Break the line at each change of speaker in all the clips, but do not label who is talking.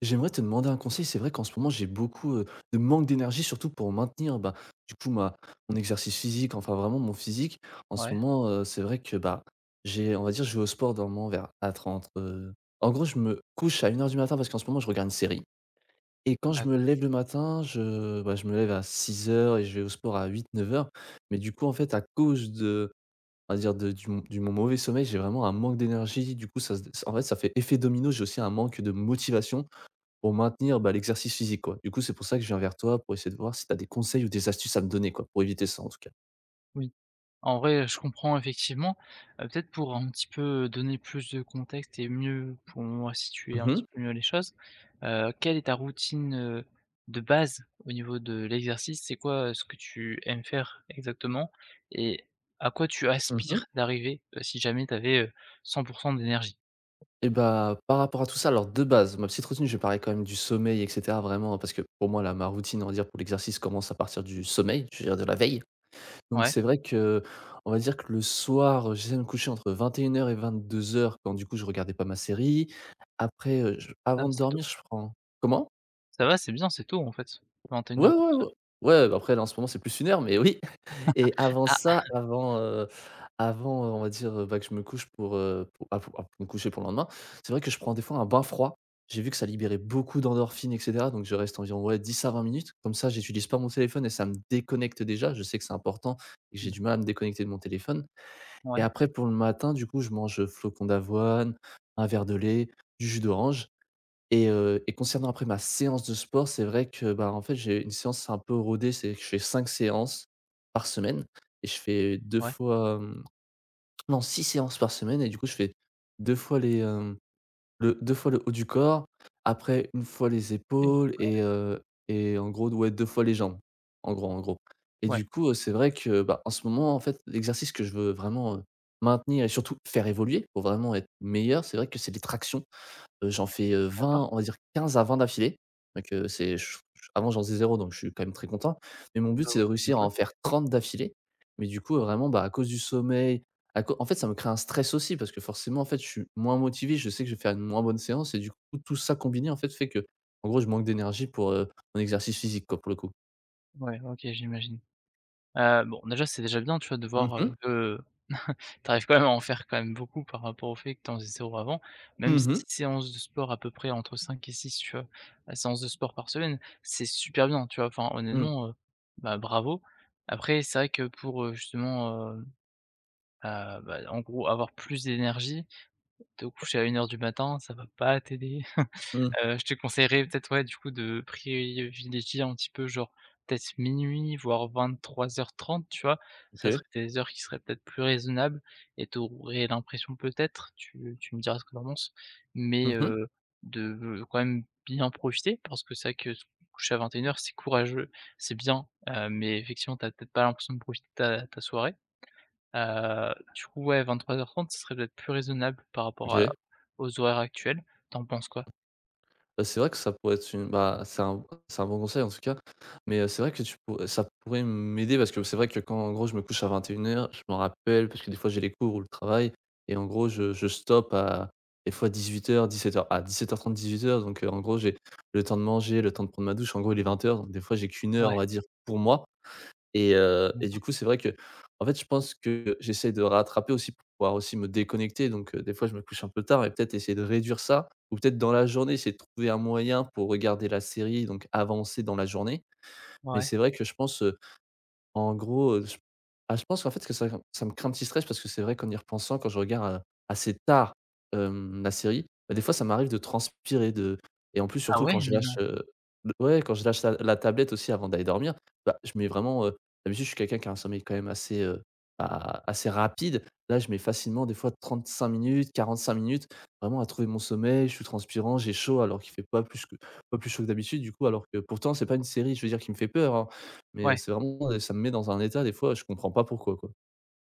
J'aimerais te demander un conseil. C'est vrai qu'en ce moment, j'ai beaucoup de manque d'énergie, surtout pour maintenir bah, du coup mon exercice physique, enfin vraiment mon physique. En ce
Ouais,
moment, c'est vrai que bah, j'ai, on va dire, je vais au sport dans le moment vers à 30. En gros, je me couche à 1 h du matin parce qu'en ce moment, je regarde une série. Et quand je me
d'accord,
lève le matin, bah, je me lève à 6 h et je vais au sport à huit, neuf heures. Mais du coup, en fait, à cause de, on va dire, mon mauvais sommeil, j'ai vraiment un manque d'énergie. Du coup, en fait, ça fait effet domino. J'ai aussi un manque de motivation. Pour maintenir, bah, l'exercice physique, quoi. Du coup, c'est pour ça que je viens vers toi pour essayer de voir si tu as des conseils ou des astuces à me donner, quoi, pour éviter ça, en tout cas.
oui. En vrai, je comprends effectivement. Peut-être pour un petit peu donner plus de contexte et mieux pour moi situer
Mmh
un
mh.
petit peu mieux les choses, quelle est ta routine, de base au niveau de l'exercice? C'est quoi, ce que tu aimes faire exactement? Et à quoi tu
Mmh.
aspires d'arriver, si jamais tu avais, 100 d'énergie?
Et bah, par rapport à tout ça, alors de base, ma petite routine, je vais parler quand même du sommeil et cetera, vraiment, parce que pour moi, là, ma routine, on va dire, pour l'exercice commence à partir du sommeil, je veux dire de la veille. Donc
Ouais,
c'est vrai que on va dire que le soir, j'essaie de me coucher entre 21:00 et 22:00 quand du coup je regardais pas ma série. Après, je
ça
avant de
c'est tôt.
dormir, je prends comment?
Ça va, c'est bien, c'est tôt en fait,
Ouais, ouais, ouais.
21:00-22:00.
Ouais, bah, après, là, en ce moment, c'est plus une heure, mais oui. Et avant
Ah!
ça, on va dire, bah, que je me couche pour me coucher pour le lendemain, c'est vrai que je prends des fois un bain froid. J'ai vu que ça libérait beaucoup d'endorphines et cetera, donc je reste environ, ouais, 10 à 20 minutes. Comme ça, j'utilise pas mon téléphone et ça me déconnecte déjà. Je sais que c'est important et que j'ai
Mmh.
du mal à me déconnecter de mon téléphone et
Ouais,
après pour le matin, du coup, je mange, flocons d'avoine, un verre de lait, du jus d'orange et concernant après ma séance de sport, c'est vrai que, bah, en fait, j'ai une séance un peu rodée, c'est que je fais 5 séances par semaine et je fais deux
ouais,
fois, non 6 séances par semaine et du coup, je fais 2 fois le 2 fois le haut du corps, après une fois les
oui,
épaules et en gros, ouais, 2 fois les jambes, en gros et
ouais,
du coup, c'est vrai que, bah, en ce moment, en fait, l'exercice que je veux vraiment, maintenir et surtout faire évoluer pour vraiment être meilleur, c'est vrai que c'est les tractions. J'en fais,
d'accord,
20, on va dire 15 à 20 d'affilée. Donc, c'est ch ch avant j'en faisais zéro donc je suis quand même très content. Mais mon but, c'est
bravo,
de
bien
réussir à
joué,
en faire 30 d'affilée. Mais du coup,
d'accord.
vraiment, bah, à cause du sommeil, à cau en fait, ça me crée un stress aussi parce que forcément, en fait, je suis moins motivé, je sais que je vais faire une moins bonne séance et du coup, tout ça combiné, en fait, fait que, en gros, je manque d'énergie pour, mon exercice physique, quoi, pour le coup.
Ouais, OK, j'imagine. Bon, déjà, c'est déjà bien, tu vois, de
Mmh
voir,
mh.
que tu arrives quand même à en faire quand même beaucoup par rapport au fait que tu en faisais zéro avant. Même
Mmh mh.
6 séances de sport à peu près entre 5 et 6 tu vois, séances de sport par semaine, c'est super bien, tu vois? Enfin,
Mmh.
honnêtement, bah, bravo. Après, c'est vrai que pour, justement, bah, en gros, avoir plus d'énergie, te coucher à 1 heure du matin, ça va pas t'aider.
Mmh.
Je te conseillerais peut-être, ouais, du coup, de privilégier un petit peu genre peut-être minuit, voire 23:30, tu vois? Ça
OK.
serait des heures qui seraient peut-être plus raisonnables et tu aurais l'impression peut-être, tu me diras ce que t'en penses, mais
Mmh
de quand même bien profiter parce que c'est vrai que se coucher à 21:00, c'est courageux, c'est bien, mais effectivement, t'as peut-être pas l'impression de profiter de ta soirée. Du coup, ouais, 23:30, ce serait peut-être plus raisonnable par rapport à
OK.
aux horaires actuels. T'en penses quoi?
Bah, c'est vrai que ça pourrait être une bah, c'est un bon conseil en tout cas, mais, c'est vrai que tu pour ça pourrait m'aider parce que c'est vrai que quand en gros je me couche à vingt et une heures, je m'en rappelle parce que des fois j'ai les cours ou le travail et en gros je stoppe à des fois 18:00-17:00, à 8 h 30, 18 h. Donc, en gros j'ai le temps de manger, le temps de prendre ma douche, en gros il est 20 h donc des fois j'ai qu'1 h
Ouais.
on va dire pour moi et du coup, c'est vrai que, en fait, je pense que j'essaie de rattraper aussi pour pouvoir aussi me déconnecter donc des fois, je me couche un peu tard et peut-être essayer de réduire ça ou peut-être dans la journée, essayer de trouver un moyen pour regarder la série donc avancer dans la journée. Mais
Ouais.
c'est vrai que je pense, en gros, je pense qu'en fait que ça me crée un petit stress parce que c'est vrai qu'en y repensant, quand je regarde, assez tard, la série, bah, des fois ça m'arrive de transpirer, de et en plus
Ah
surtout
ouais?
quand je
Mais non.
lâche, le ouais, quand je lâche la tablette aussi avant d'aller dormir, bah, je mets vraiment, d'habitude je suis quelqu'un qui a un sommeil quand même assez, bah, assez rapide. Là, je mets facilement des fois 35 minutes, 45 minutes vraiment à trouver mon sommeil. Je suis transpirant, j'ai chaud alors qu'il fait pas plus chaud que d'habitude du coup, alors que pourtant c'est pas une série, je veux dire, qui me fait peur, hein. Mais,
Ouais.
c'est vraiment, ça me met dans un état des fois, je comprends pas pourquoi, quoi.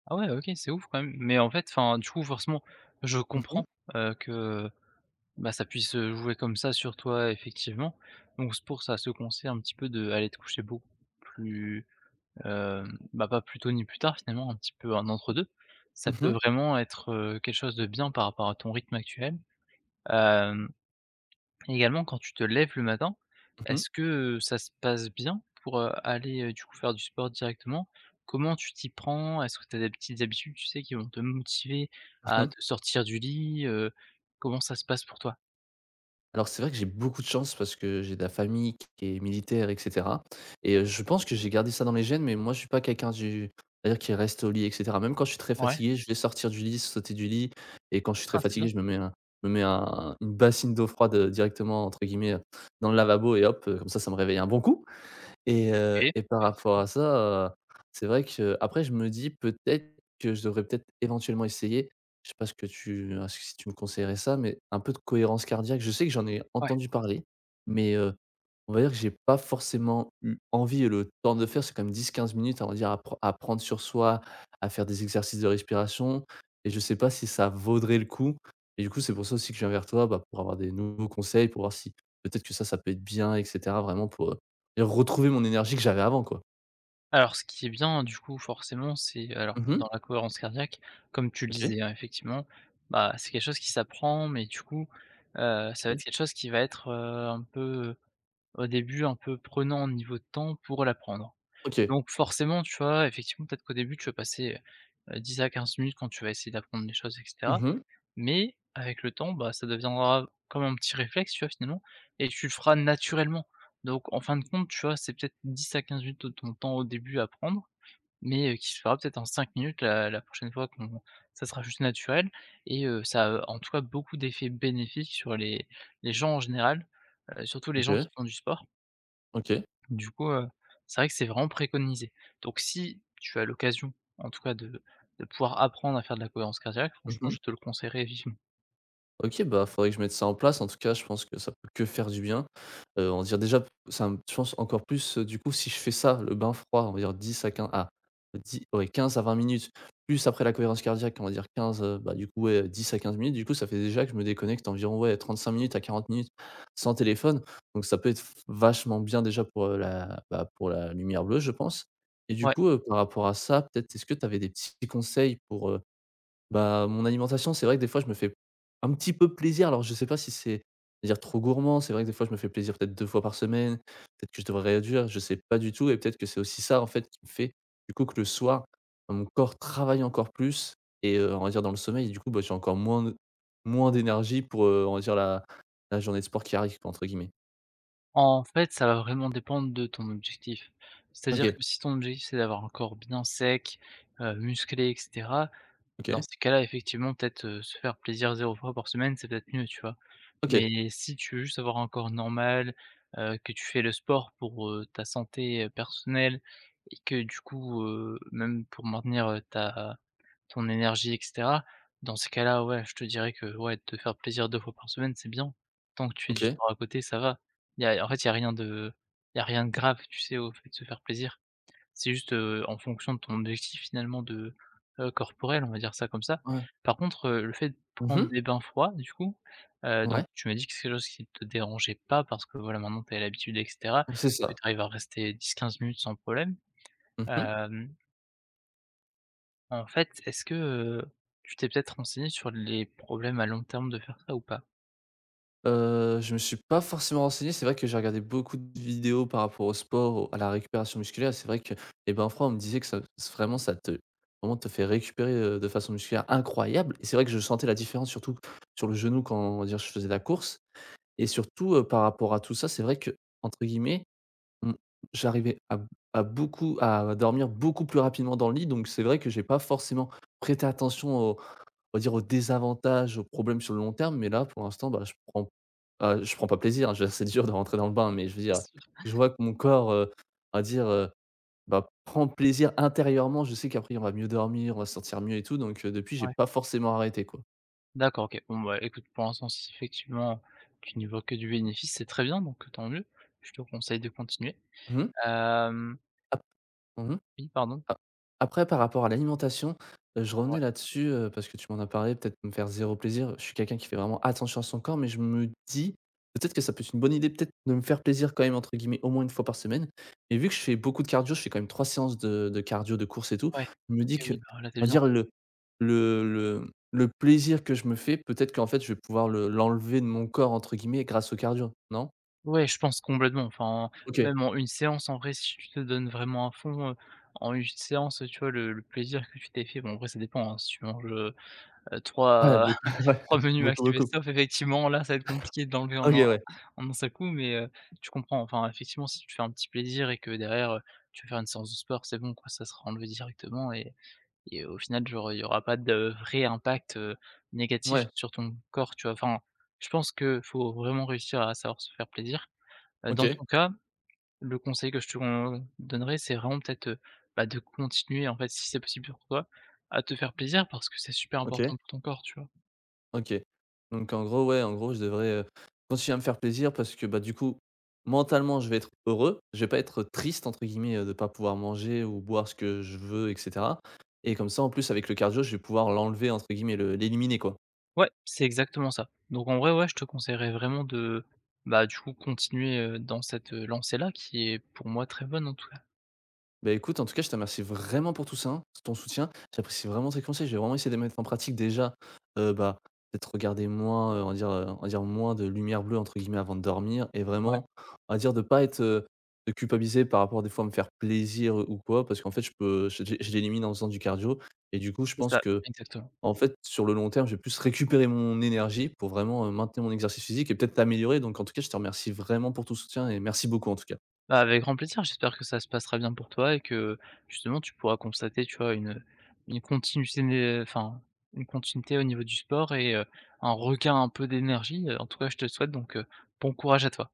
Ah ouais, OK, c'est ouf quand même. Mais en fait, enfin, du coup, forcément, je
Mmh mh.
comprends, que, bah, ça puisse, jouer comme ça sur toi, effectivement. Donc c'est pour ça ce conseil un petit peu de aller te coucher beaucoup plus, bah, pas plus tôt ni plus tard finalement, un petit peu un entre deux. Ça
Mmh
peut
mh.
vraiment être, quelque chose de bien par rapport à ton rythme actuel. Hem Et également, quand tu te lèves le matin,
Mmh.
est-ce que ça se passe bien pour, aller, du coup faire du sport directement? Comment tu t'y prends? Est-ce que tu as des petites habitudes, tu sais, qui vont te motiver à
Mmh.
te sortir du lit? Comment ça se passe pour toi?
Alors c'est vrai que j'ai beaucoup de chance parce que j'ai de la famille qui est militaire et cetera et je pense que j'ai gardé ça dans les gènes, mais moi je suis pas quelqu'un du c'est-à-dire qui reste au lit et cetera. Même quand je suis très
Ouais,
fatigué, je vais sortir du lit, sauter du lit et quand je suis très
ah c'est
fatigué,
bien,
je me mets un une bassine d'eau froide, directement entre guillemets, dans le lavabo et hop, comme ça me réveille un bon coup. Et
OK,
heu et par rapport
effectivement,
à ça, heu, c'est vrai que après je me dis peut-être que je devrais peut-être éventuellement essayer, je sais pas ce que si tu me conseillerais ça, mais un peu de cohérence cardiaque. Je sais que j'en ai
ouais.
entendu parler, mais on va dire que j'ai pas forcément eu envie et le temps de le faire. C'est quand même 10-15 minutes, on va dire, à prendre sur soi, à faire des exercices de respiration et je sais pas si ça vaudrait le coup et du coup, c'est pour ça aussi que je viens vers toi, bah, pour avoir des nouveaux conseils, pour voir si peut-être que ça peut être bien et cetera, vraiment et retrouver mon énergie que j'avais avant, quoi.
Alors ce qui est bien du coup forcément c'est alors
Mmh mh.
dans la cohérence cardiaque, comme tu le
OK.
disais, hein, effectivement, bah, c'est quelque chose qui s'apprend mais du coup, ça va
OK.
être quelque chose qui va être, un peu, au début, un peu prenant au niveau de temps pour l'apprendre.
OK.
Donc forcément, tu vois, effectivement, peut-être qu'au début, tu vas passer, 10 à 15 minutes quand tu vas essayer d'apprendre des choses et
Mmh
cetera,
mh.
mais avec le temps, bah, ça deviendra comme un petit réflexe, tu vois, finalement et tu le feras naturellement. Donc en fin de compte, tu vois, c'est peut-être 10 à 15 minutes de ton temps au début à prendre, mais qui se fera peut-être en 5 minutes la prochaine fois qu'on ça sera juste naturel et ça a, en tout cas, beaucoup d'effets bénéfiques sur les gens en général, surtout les gens
OK.
qui font du sport.
OK.
Du coup, c'est vrai que c'est vraiment préconisé. Donc si tu as l'occasion, en tout cas, de pouvoir apprendre à faire de la cohérence cardiaque, franchement,
Mmh
je te le conseillerais vivement.
OK, bah, faudrait que je mette ça en place. En tout cas, je pense que ça peut que faire du bien. On va dire déjà, ça me je pense encore plus, du coup, si je fais ça, le bain froid, on va dire 10, ouais, 15 à 20 minutes, plus après la cohérence cardiaque, on va dire bah, du coup, ouais, 10 à 15 minutes. Du coup, ça fait déjà que je me déconnecte environ, ouais, 35 minutes à 40 minutes sans téléphone. Donc ça peut être vachement bien déjà pour, bah, pour la lumière bleue, je pense et du
Ouais,
coup, par rapport à ça, peut-être, est-ce que tu avais des petits conseils pour, bah, mon alimentation, c'est vrai que des fois, je me fais un petit peu plaisir. Alors, je sais pas si c'est dire trop gourmand. C'est vrai que des fois, je me fais plaisir peut-être 2 fois par semaine. Peut-être que je devrais réduire, je sais pas du tout et peut-être que c'est aussi ça, en fait, qui me fait, du coup, que le soir, bah, mon corps travaille encore plus et on va dire dans le sommeil et du coup, bah, j'ai encore moins d'énergie pour, on va dire la journée de sport qui arrive, quoi, entre guillemets.
en fait, ça va vraiment dépendre de ton objectif. C'est-à-dire
OK,
que si ton objectif, c'est d'avoir un corps bien sec, musclé etc. Dans
OK,
ces cas-là, effectivement, peut-être, se faire plaisir zéro fois par semaine, c'est peut-être mieux, tu vois?
OK,
Mais si tu veux juste avoir un corps normal, que tu fais le sport pour, ta santé, personnelle et que du coup, même pour maintenir, ta ton énergie et cetera, dans ces cas-là, ouais, je te dirais que, ouais, te faire plaisir 2 fois par semaine, c'est bien. Tant que tu fais du
OK.
sport à côté, ça va. Y a en fait, il y a rien de grave, tu sais, au fait de se faire plaisir. C'est juste, en fonction de ton objectif finalement de, corporel, on va dire ça comme ça.
Ouais.
Par contre, le fait de prendre
Mmh.
des bains froids du coup,
Ouais,
donc tu m'as dit que c'est quelque chose qui te dérangeait pas parce que voilà maintenant tu as l'habitude et cetera,
c'est
que
ça.
tu arrives à rester 10-15 minutes sans problème.
Mmh.
Hem, en fait, est-ce que, tu t'es peut-être renseigné sur les problèmes à long terme de faire ça ou pas?
Je me suis pas forcément renseigné. C'est vrai que j'ai regardé beaucoup de vidéos par rapport au sport, au à la récupération musculaire. C'est vrai que les bains froids, on me disait que ça s vraiment ça te vraiment te fait récupérer, de façon musculaire incroyable et c'est vrai que je sentais la différence surtout sur le genou quand on va dire je faisais la course et surtout, par rapport à tout ça, c'est vrai que entre guillemets. Mmh. J'arrivais à dormir beaucoup plus rapidement dans le lit, donc c'est vrai que j'ai pas forcément prêté attention aux on va dire aux désavantages, aux problèmes sur le long terme, mais là pour l'instant, bah, je prends pas plaisir, hein, je c'est dur de rentrer dans le bain, mais je veux dire,
Si.
je vois que mon corps, on va dire, bah, prend plaisir intérieurement. Je sais qu'après on va mieux dormir, on va se sentir mieux et tout, donc depuis j'ai
Ouais.
pas forcément arrêté, quoi.
D'accord, OK. Bon bah, écoute pour l'instant si effectivement tu n'y vois que du bénéfice, c'est très bien donc tant mieux. Je te conseille de continuer.
Mmh.
Hem
Ah. Mmh.
Oui, pardon?
A après par rapport à l'alimentation, je
Ouais,
revenais là-dessus, parce que tu m'en as parlé, peut-être me faire zéro plaisir. Je suis quelqu'un qui fait vraiment attention à son corps, mais je me dis, peut-être que ça peut être une bonne idée, peut-être de me faire «plaisir» quand même entre guillemets au moins une fois par semaine et vu que je fais beaucoup de cardio, je fais quand même 3 séances de cardio, de course et tout,
ouais.
je me
OK,
dis que,
oui, bah, là, tu es
on va
bien.
dire le plaisir que je me fais, peut-être qu'en fait je vais pouvoir le «l'enlever de mon corps» entre guillemets grâce au cardio, non?
Ouais, je pense complètement. Enfin,
OK.
même en une séance, en vrai, si tu te donnes vraiment à fond, en une séance, tu vois, le plaisir que tu t'es fait bon, après, ça dépend, hein, si tu manges,
Ouais,
3
beaucoup, ouais,
menus
beaucoup,
max
beaucoup.
best-of, effectivement, là, ça va être compliqué de l'enlever
OK,
en un
ouais.
seul coup, mais tu comprends. Enfin, effectivement, si tu te fais un petit plaisir et que derrière, tu veux faire une séance de sport, c'est bon, quoi, ça sera enlevé directement. Et au final, genre, il y aura pas de vrai impact, négatif
Ouais.
sur ton corps, tu vois? Enfin, je pense que faut vraiment réussir à savoir se faire plaisir. Dans
OK.
ton cas, le conseil que je te con donnerais, c'est vraiment peut-être, bah, de continuer, en fait, si c'est possible pour toi, à te faire plaisir parce que c'est super
OK.
important pour ton corps, tu vois?
OK. Donc en gros, ouais, en gros, je devrais, continuer à me faire plaisir parce que, bah, du coup, mentalement, je vais être heureux. Je vais pas être «triste» entre guillemets, de pas pouvoir manger ou boire ce que je veux et cetera et comme ça, en plus, avec le cardio, je vais pouvoir l'enlever entre guillemets, le l'éliminer, quoi.
Ouais, c'est exactement ça. Donc en vrai, ouais, je te conseillerais vraiment de, bah, du coup, continuer, dans cette, lancée-là qui est pour moi très bonne, en tout cas.
Bah, écoute, en tout cas, je te remercie vraiment pour tout ça, ton soutien. J'apprécie vraiment tes conseils. Je vais vraiment essayer de les mettre en pratique déjà, bah, peut-être regarder moins, on va dire moins de «lumière bleue» entre guillemets avant de dormir et
Ouais,
vraiment, on va dire de pas être, de culpabiliser par rapport des fois à me faire plaisir, ou quoi parce qu'en fait je l'élimine en faisant du cardio et du coup je
c'est
pense
ça,
que
exactement.
en fait sur le long terme, je vais plus récupérer mon énergie pour vraiment, maintenir mon exercice physique et peut-être l'améliorer donc en tout cas, je te remercie vraiment pour ton soutien et merci beaucoup en tout cas.
Bah, avec grand plaisir, j'espère que ça se passera bien pour toi et que justement tu pourras constater, tu vois, une continuité, enfin, une continuité au niveau du sport et un regain un peu d'énergie. En tout cas, je te le souhaite donc bon courage à toi.